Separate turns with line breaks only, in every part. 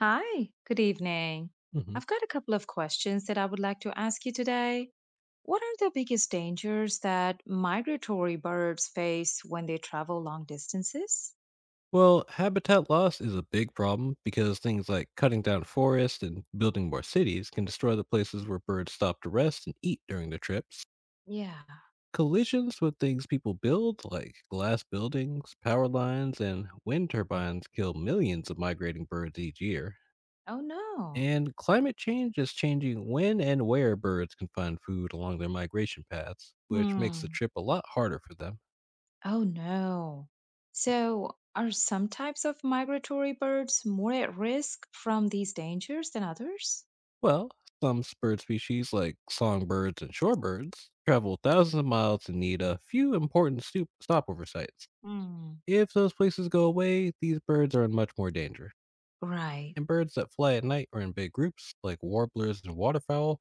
Hi, good evening.
Mhm.
I've got a couple of questions that I would like to ask you today. What are the biggest dangers that migratory birds face when they travel long distances?
Well, habitat loss is a big problem because things like cutting down forests and building more cities can destroy the places where birds stop to rest and eat during their trips.
Yeah.
Collisions with things people build, like glass buildings, power lines, and wind turbines, kill millions of migrating birds each year.
Oh no.
And climate change is changing when and where birds can find food along their migration paths, which makes the
Hmm.
trip a lot harder for them.
Oh no. So, are some types of migratory birds more at risk from these dangers than others?
Well, some bird species, like songbirds and shorebirds, travel thousands of miles and need a few important stopover sites.
Hmm.
If those places go away, these birds are in much more danger.
Right.
And birds that fly at night or in big groups, like warblers and waterfowl,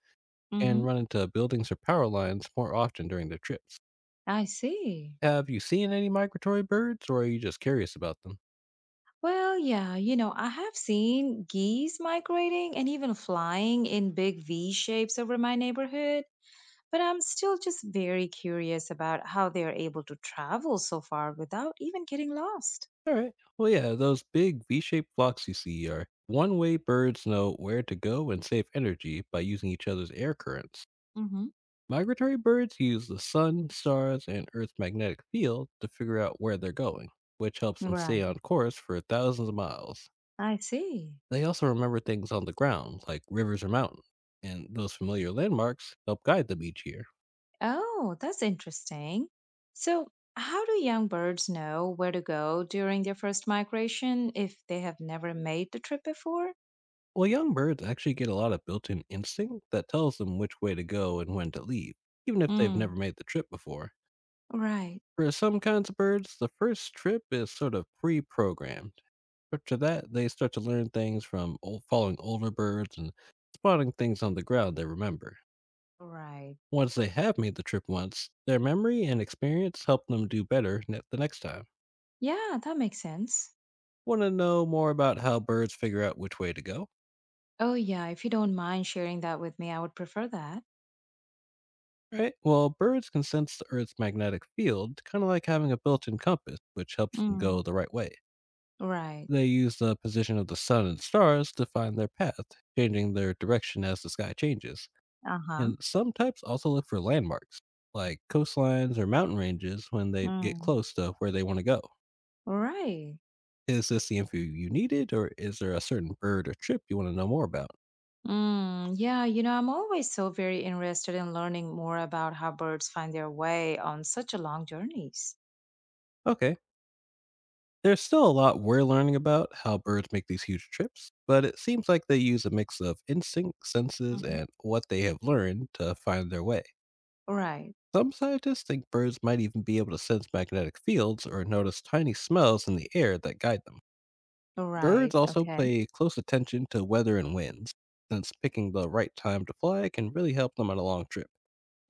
can
Mm-hmm.
run into buildings or power lines more often during their trips.
I see.
Have you seen any migratory birds, or are you just curious about them?
Well, yeah, I have seen geese migrating and even flying in big V shapes over my neighborhood, but I'm still just very curious about how they are able to travel so far without even getting lost.
All right. Well, yeah, those big V shaped flocks you see are one way birds know where to go and save energy by using each other's air currents.
Hmm.
Migratory birds use the sun, stars, and Earth's magnetic field to figure out where they're going, which helps them stay
Right.
on course for thousands of miles.
I see.
They also remember things on the ground, like rivers or mountains, and those familiar landmarks help guide them each year.
Oh, that's interesting. So, how do young birds know where to go during their first migration if they have never made the trip before?
Well, young birds actually get a lot of built in instinct that tells them which way to go and when to leave, even if they've
Mm.
never made the trip before.
Right.
For some kinds of birds, the first trip is sort of pre programmed. After that, they start to learn things from following older birds and spotting things on the ground they remember.
Right.
Once they have made the trip once, their memory and experience help them do better the next time.
Yeah, that makes sense.
Want to know more about how birds figure out which way to go?
Oh, yeah. If you don't mind sharing that with me, I would prefer that.
Right? Well, birds can sense the Earth's magnetic field, kind of like having a built in compass, which helps them go
Mm.
the right way.
Right.
They use the position of the sun and stars to find their path, changing their direction as the sky changes.
Uh-huh.
And some types also look for landmarks, like coastlines or mountain ranges, when they get
Mm.
close to where they want to go.
Right.
Is this the info you needed, or is there a certain bird or trip you want to know more about?
Mm. Yeah, I'm always so very interested in learning more about how birds find their way on such a long journeys.
Okay, there's still a lot we're learning about how birds make these huge trips, but it seems like they use a mix of instinct, senses,
Hmm.
and what they have learned to find their way.
Right.
Some scientists think birds might even be able to sense magnetic fields or notice tiny smells in the air that guide them. Birds
Right.
also
Okay.
pay close attention to weather and winds, since picking the right time to fly can really help them on a long trip.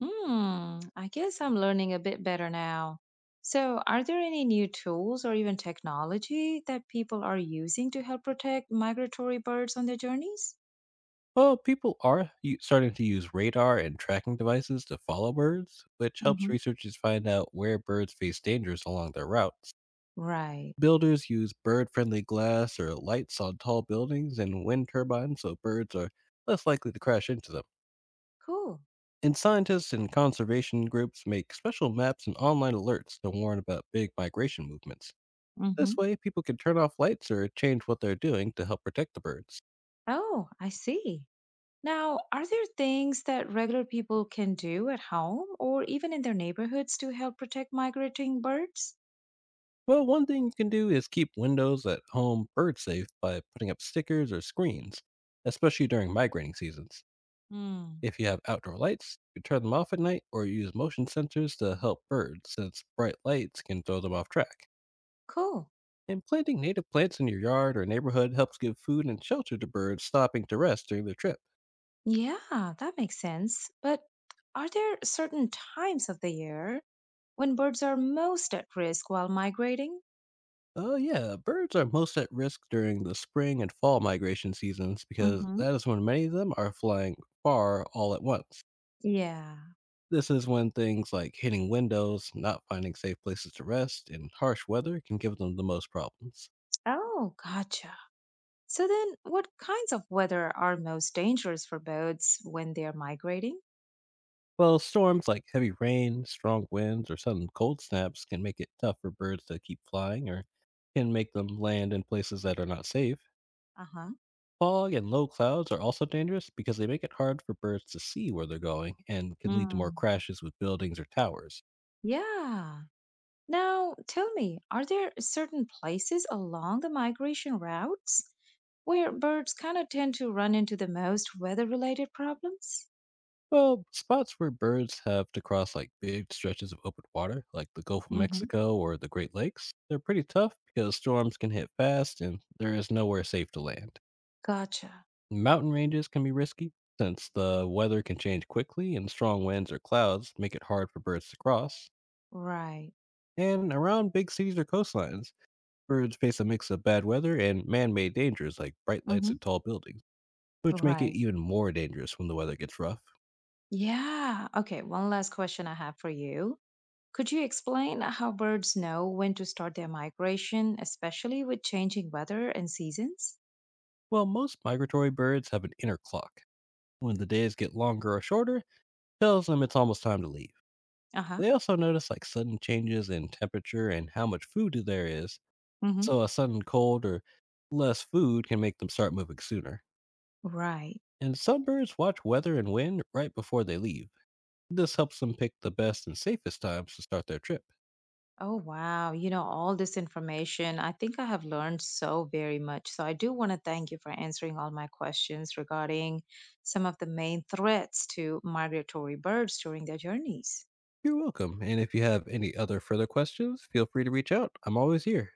Hmm. I guess I'm learning a bit better now. So, are there any new tools or even technology that people are using to help protect migratory birds on their journeys?
Well, people are starting to use radar and tracking devices to follow birds, which helps
Hmm.
researchers find out where birds face dangers along their routes.
Right.
Builders use bird friendly glass or lights on tall buildings and wind turbines, so birds are less likely to crash into them.
Cool.
And scientists and conservation groups make special maps and online alerts to warn about big migration movements. This
Hmm.
way, people can turn off lights or change what they're doing to help protect the birds.
Oh, I see. Now, are there things that regular people can do at home or even in their neighborhoods to help protect migrating birds?
Well, one thing you can do is keep windows at home bird safe by putting up stickers or screens, especially during migrating seasons.
Mm.
If you have outdoor lights, you turn them off at night or use motion sensors to help birds, since bright lights can throw them off track.
Cool.
And planting native plants in your yard or neighborhood helps give food and shelter to birds stopping to rest during their trip.
Yeah, that makes sense. But are there certain times of the year when birds are most at risk while migrating?
Oh, yeah. Birds are most at risk during the spring and fall migration seasons, because
Hmm.
that is when many of them are flying far all at once.
Yeah.
This is when things like hitting windows, not finding safe places to rest, and harsh weather can give them the most problems.
Oh, gotcha. So then, what kinds of weather are most dangerous for birds when they are migrating?
While storms like heavy rain, strong winds, or sudden cold snaps can make it tough for birds to keep flying, or can make them land in places that are not safe.
Uh
Fog and low clouds are also dangerous because they make it hard for birds to see where they're going and can lead to
huh.
more crashes with buildings or towers.
Yeah. Now, tell me, are there certain places along the migration routes where birds kind of tend to run into the most weather related problems?
Well, spots where birds have to cross like big stretches of open water, like the Gulf of
Mm-hmm.
Mexico or the Great Lakes, they're pretty tough because storms can hit fast and there is nowhere safe to land.
Gotcha.
Mountain ranges can be risky, since the weather can change quickly and strong winds or clouds make it hard for birds to cross.
Right.
And around big cities or coastlines, birds face a mix of bad weather and man made dangers like bright lights
Mm-hmm.
and tall buildings, which make it
Right.
even more dangerous when the weather gets rough.
Yeah. Okay. One last question I have for you. Could you explain how birds know when to start their migration, especially with changing weather and seasons?
While most migratory birds have an inner clock. When the days get longer or shorter, tells them it's almost time to leave.
Uh huh.
They also notice like sudden changes in temperature and how much food there is,
Mm-hmm.
so a sudden cold or less food can make them start moving sooner.
Right.
And some birds watch weather and wind right before they leave. This helps them pick the best and safest times to start their trip.
Oh, wow. You know, all this information, I think I have learned so very much. So, I do want to thank you for answering all my questions regarding some of the main threats to migratory birds during their journeys.
You're welcome. And if you have any other further questions, feel free to reach out. I'm always here.